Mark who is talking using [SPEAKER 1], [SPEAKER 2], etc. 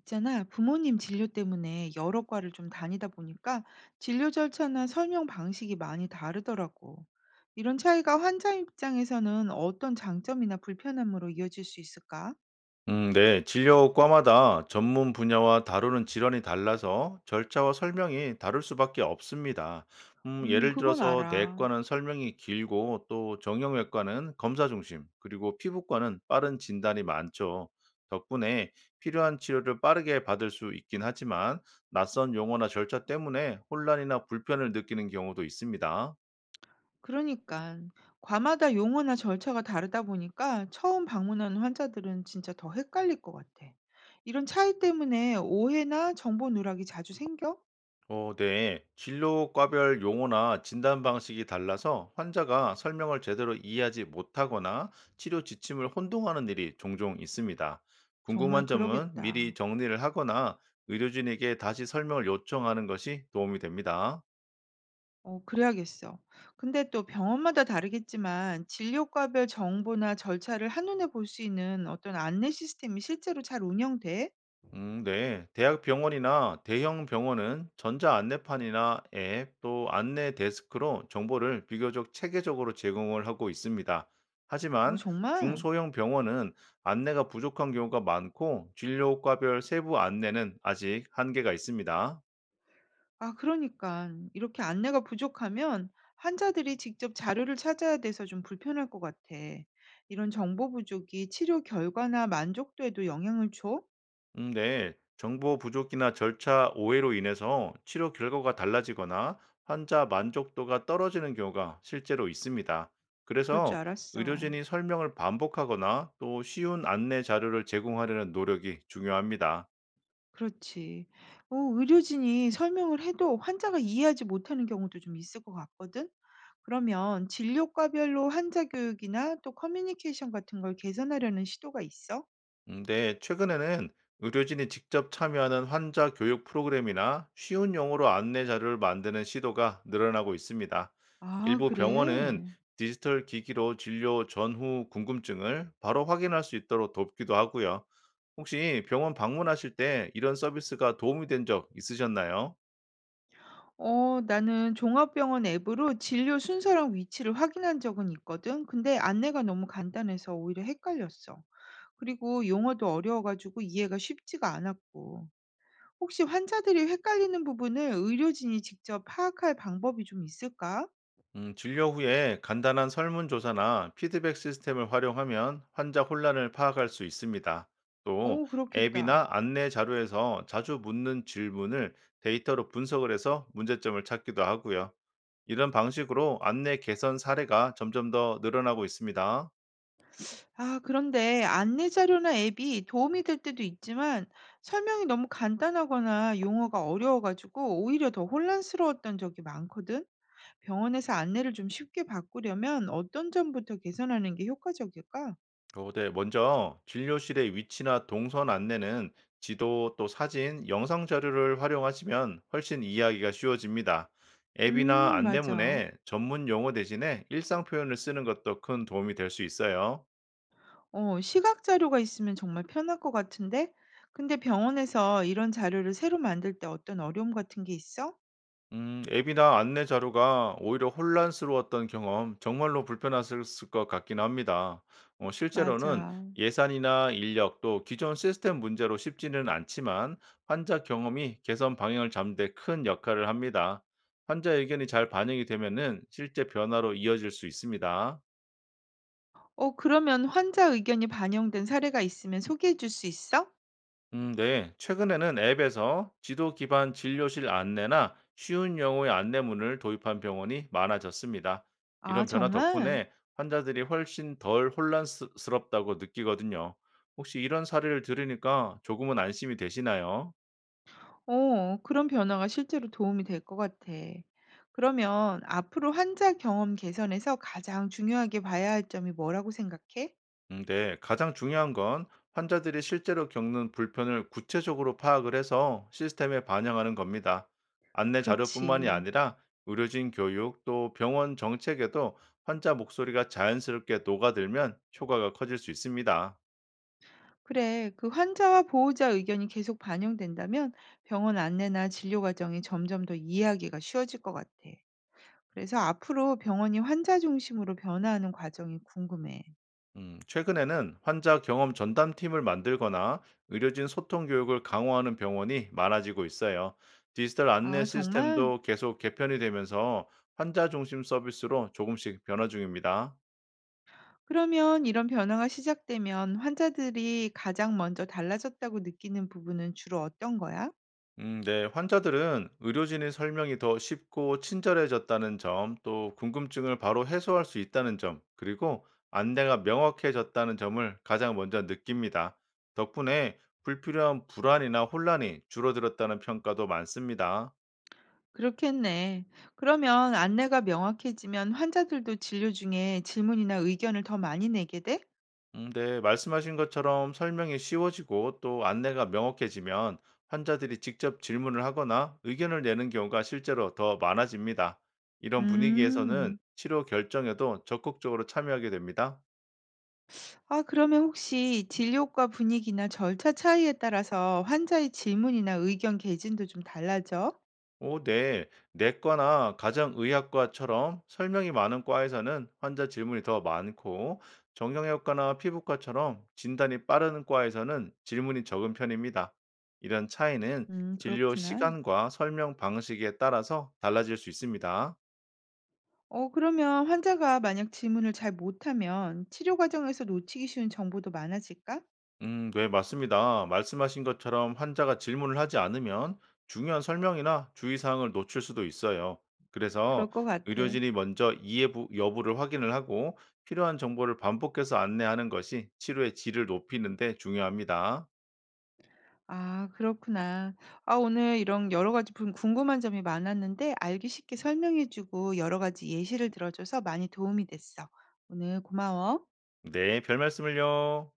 [SPEAKER 1] 있잖아, 부모님 진료 때문에 여러 과를 좀 다니다 보니까 진료 절차나 설명 방식이 많이 다르더라고. 이런 차이가 환자 입장에서는 어떤 장점이나 불편함으로 이어질 수 있을까?
[SPEAKER 2] 네. 진료과마다 전문 분야와 다루는 질환이 달라서 절차와 설명이 다를 수밖에 없습니다. 예를
[SPEAKER 1] 그건
[SPEAKER 2] 들어서
[SPEAKER 1] 알아.
[SPEAKER 2] 내과는 설명이 길고 또 정형외과는 검사 중심, 그리고 피부과는 빠른 진단이 많죠. 덕분에 필요한 치료를 빠르게 받을 수 있긴 하지만 낯선 용어나 절차 때문에 혼란이나 불편을 느끼는 경우도 있습니다.
[SPEAKER 1] 그러니까, 과마다 용어나 절차가 다르다 보니까 처음 방문하는 환자들은 진짜 더 헷갈릴 것 같아. 이런 차이 때문에 오해나 정보 누락이 자주 생겨?
[SPEAKER 2] 어, 네. 진료과별 용어나 진단 방식이 달라서 환자가 설명을 제대로 이해하지 못하거나 치료 지침을 혼동하는 일이 종종 있습니다.
[SPEAKER 1] 정말
[SPEAKER 2] 궁금한 점은 미리
[SPEAKER 1] 그러겠다.
[SPEAKER 2] 정리를 하거나 의료진에게 다시 설명을 요청하는 것이 도움이 됩니다.
[SPEAKER 1] 어 그래야겠어. 근데 또 병원마다 다르겠지만 진료과별 정보나 절차를 한눈에 볼 수 있는 어떤 안내 시스템이 실제로 잘 운영돼?
[SPEAKER 2] 네. 대학 병원이나 대형 병원은 전자 안내판이나 앱, 또 안내 데스크로 정보를 비교적 체계적으로 제공을 하고 있습니다.
[SPEAKER 1] 어
[SPEAKER 2] 하지만
[SPEAKER 1] 정말?
[SPEAKER 2] 중소형 병원은 안내가 부족한 경우가 많고 진료과별 세부 안내는 아직 한계가 있습니다.
[SPEAKER 1] 아 그러니까 이렇게 안내가 부족하면 환자들이 직접 자료를 찾아야 돼서 좀 불편할 것 같아. 이런 정보 부족이 치료 결과나 만족도에도 영향을 줘?
[SPEAKER 2] 네. 정보 부족이나 절차 오해로 인해서 치료 결과가 달라지거나 환자 만족도가 떨어지는 경우가 실제로 있습니다.
[SPEAKER 1] 그럴 줄
[SPEAKER 2] 그래서
[SPEAKER 1] 알았어.
[SPEAKER 2] 의료진이 설명을 반복하거나 또 쉬운 안내 자료를 제공하려는 노력이 중요합니다.
[SPEAKER 1] 그렇지. 어 의료진이 설명을 해도 환자가 이해하지 못하는 경우도 좀 있을 것 같거든. 그러면 진료과별로 환자 교육이나 또 커뮤니케이션 같은 걸 개선하려는 시도가 있어?
[SPEAKER 2] 네, 최근에는 의료진이 직접 참여하는 환자 교육 프로그램이나 쉬운 용어로 안내 자료를 만드는 시도가 늘어나고 있습니다.
[SPEAKER 1] 아,
[SPEAKER 2] 일부 병원은
[SPEAKER 1] 그래.
[SPEAKER 2] 디지털 기기로 진료 전후 궁금증을 바로 확인할 수 있도록 돕기도 하고요. 혹시 병원 방문하실 때 이런 서비스가 도움이 된 적 있으셨나요?
[SPEAKER 1] 어, 나는 종합병원 앱으로 진료 순서랑 위치를 확인한 적은 있거든. 근데 안내가 너무 간단해서 오히려 헷갈렸어. 그리고 용어도 어려워가지고 이해가 쉽지가 않았고. 혹시 환자들이 헷갈리는 부분을 의료진이 직접 파악할 방법이 좀 있을까?
[SPEAKER 2] 진료 후에 간단한 설문조사나 피드백 시스템을 활용하면 환자 혼란을 파악할 수 있습니다. 또
[SPEAKER 1] 어, 그렇겠다.
[SPEAKER 2] 앱이나 안내 자료에서 자주 묻는 질문을 데이터로 분석을 해서 문제점을 찾기도 하고요. 이런 방식으로 안내 개선 사례가 점점 더 늘어나고 있습니다.
[SPEAKER 1] 아, 그런데 안내 자료나 앱이 도움이 될 때도 있지만 설명이 너무 간단하거나 용어가 어려워가지고 오히려 더 혼란스러웠던 적이 많거든. 병원에서 안내를 좀 쉽게 바꾸려면 어떤 점부터 개선하는 게 효과적일까?
[SPEAKER 2] 어, 네. 먼저 진료실의 위치나 동선 안내는 지도 또 사진, 영상 자료를 활용하시면 훨씬 이해하기가 쉬워집니다. 앱이나
[SPEAKER 1] 맞아.
[SPEAKER 2] 안내문에 전문 용어 대신에 일상 표현을 쓰는 것도 큰 도움이 될 수 있어요.
[SPEAKER 1] 어, 시각 자료가 있으면 정말 편할 것 같은데? 근데 병원에서 이런 자료를 새로 만들 때 어떤 어려움 같은 게 있어?
[SPEAKER 2] 앱이나 안내 자료가 오히려 혼란스러웠던 경험, 정말로 불편하셨을 것 같긴 합니다. 실제로는
[SPEAKER 1] 맞아.
[SPEAKER 2] 예산이나 인력 또 기존 시스템 문제로 쉽지는 않지만 환자 경험이 개선 방향을 잡는 데 큰 역할을 합니다. 환자 의견이 잘 반영이 되면은 실제 변화로 이어질 수 있습니다.
[SPEAKER 1] 어, 그러면 환자 의견이 반영된 사례가 있으면 소개해 줄 수 있어?
[SPEAKER 2] 네. 최근에는 앱에서 지도 기반 진료실 안내나 쉬운 영어의 안내문을 도입한 병원이 많아졌습니다.
[SPEAKER 1] 아,
[SPEAKER 2] 이런 변화
[SPEAKER 1] 정말?
[SPEAKER 2] 덕분에 환자들이 훨씬 덜 혼란스럽다고 느끼거든요. 혹시 이런 사례를 들으니까 조금은 안심이 되시나요?
[SPEAKER 1] 어, 그런 변화가 실제로 도움이 될 것 같아. 그러면 앞으로 환자 경험 개선에서 가장 중요하게 봐야 할 점이 뭐라고 생각해?
[SPEAKER 2] 네, 가장 중요한 건 환자들이 실제로 겪는 불편을 구체적으로 파악을 해서 시스템에 반영하는 겁니다. 안내 자료뿐만이
[SPEAKER 1] 그렇지.
[SPEAKER 2] 아니라 의료진 교육 또 병원 정책에도 환자 목소리가 자연스럽게 녹아들면 효과가 커질 수 있습니다.
[SPEAKER 1] 그래, 그 환자와 보호자 의견이 계속 반영된다면 병원 안내나 진료 과정이 점점 더 이해하기가 쉬워질 것 같아. 그래서 앞으로 병원이 환자 중심으로 변화하는 과정이 궁금해.
[SPEAKER 2] 최근에는 환자 경험 전담팀을 만들거나 의료진 소통 교육을 강화하는 병원이 많아지고 있어요. 디지털 안내
[SPEAKER 1] 아, 정말?
[SPEAKER 2] 시스템도 계속 개편이 되면서 환자 중심 서비스로 조금씩 변화 중입니다.
[SPEAKER 1] 그러면 이런 변화가 시작되면 환자들이 가장 먼저 달라졌다고 느끼는 부분은 주로 어떤 거야?
[SPEAKER 2] 네. 환자들은 의료진의 설명이 더 쉽고 친절해졌다는 점, 또 궁금증을 바로 해소할 수 있다는 점, 그리고 안내가 명확해졌다는 점을 가장 먼저 느낍니다. 덕분에 불필요한 불안이나 혼란이 줄어들었다는 평가도 많습니다.
[SPEAKER 1] 그렇겠네. 그러면 안내가 명확해지면 환자들도 진료 중에 질문이나 의견을 더 많이 내게 돼?
[SPEAKER 2] 네, 말씀하신 것처럼 설명이 쉬워지고 또 안내가 명확해지면 환자들이 직접 질문을 하거나 의견을 내는 경우가 실제로 더 많아집니다. 이런 분위기에서는
[SPEAKER 1] 음.
[SPEAKER 2] 치료 결정에도 적극적으로 참여하게 됩니다.
[SPEAKER 1] 아, 그러면 혹시 진료과 분위기나 절차 차이에 따라서 환자의 질문이나 의견 개진도 좀 달라져?
[SPEAKER 2] 오, 네. 내과나 가정의학과처럼 설명이 많은 과에서는 환자 질문이 더 많고, 정형외과나 피부과처럼 진단이 빠른 과에서는 질문이 적은 편입니다. 이런 차이는 진료
[SPEAKER 1] 그렇구나.
[SPEAKER 2] 시간과 설명 방식에 따라서 달라질 수 있습니다.
[SPEAKER 1] 어, 그러면 환자가 만약 질문을 잘 못하면 치료 과정에서 놓치기 쉬운 정보도 많아질까?
[SPEAKER 2] 네, 맞습니다. 말씀하신 것처럼 환자가 질문을 하지 않으면 중요한 설명이나 주의사항을 놓칠 수도 있어요.
[SPEAKER 1] 그럴
[SPEAKER 2] 그래서
[SPEAKER 1] 것 같아.
[SPEAKER 2] 의료진이 먼저 이해 여부를 확인을 하고 필요한 정보를 반복해서 안내하는 것이 치료의 질을 높이는 데 중요합니다.
[SPEAKER 1] 아 그렇구나. 아 오늘 이런 여러 가지 분 궁금한 점이 많았는데 알기 쉽게 설명해 주고 여러 가지 예시를 들어 줘서 많이 도움이 됐어. 오늘 고마워.
[SPEAKER 2] 네, 별 말씀을요.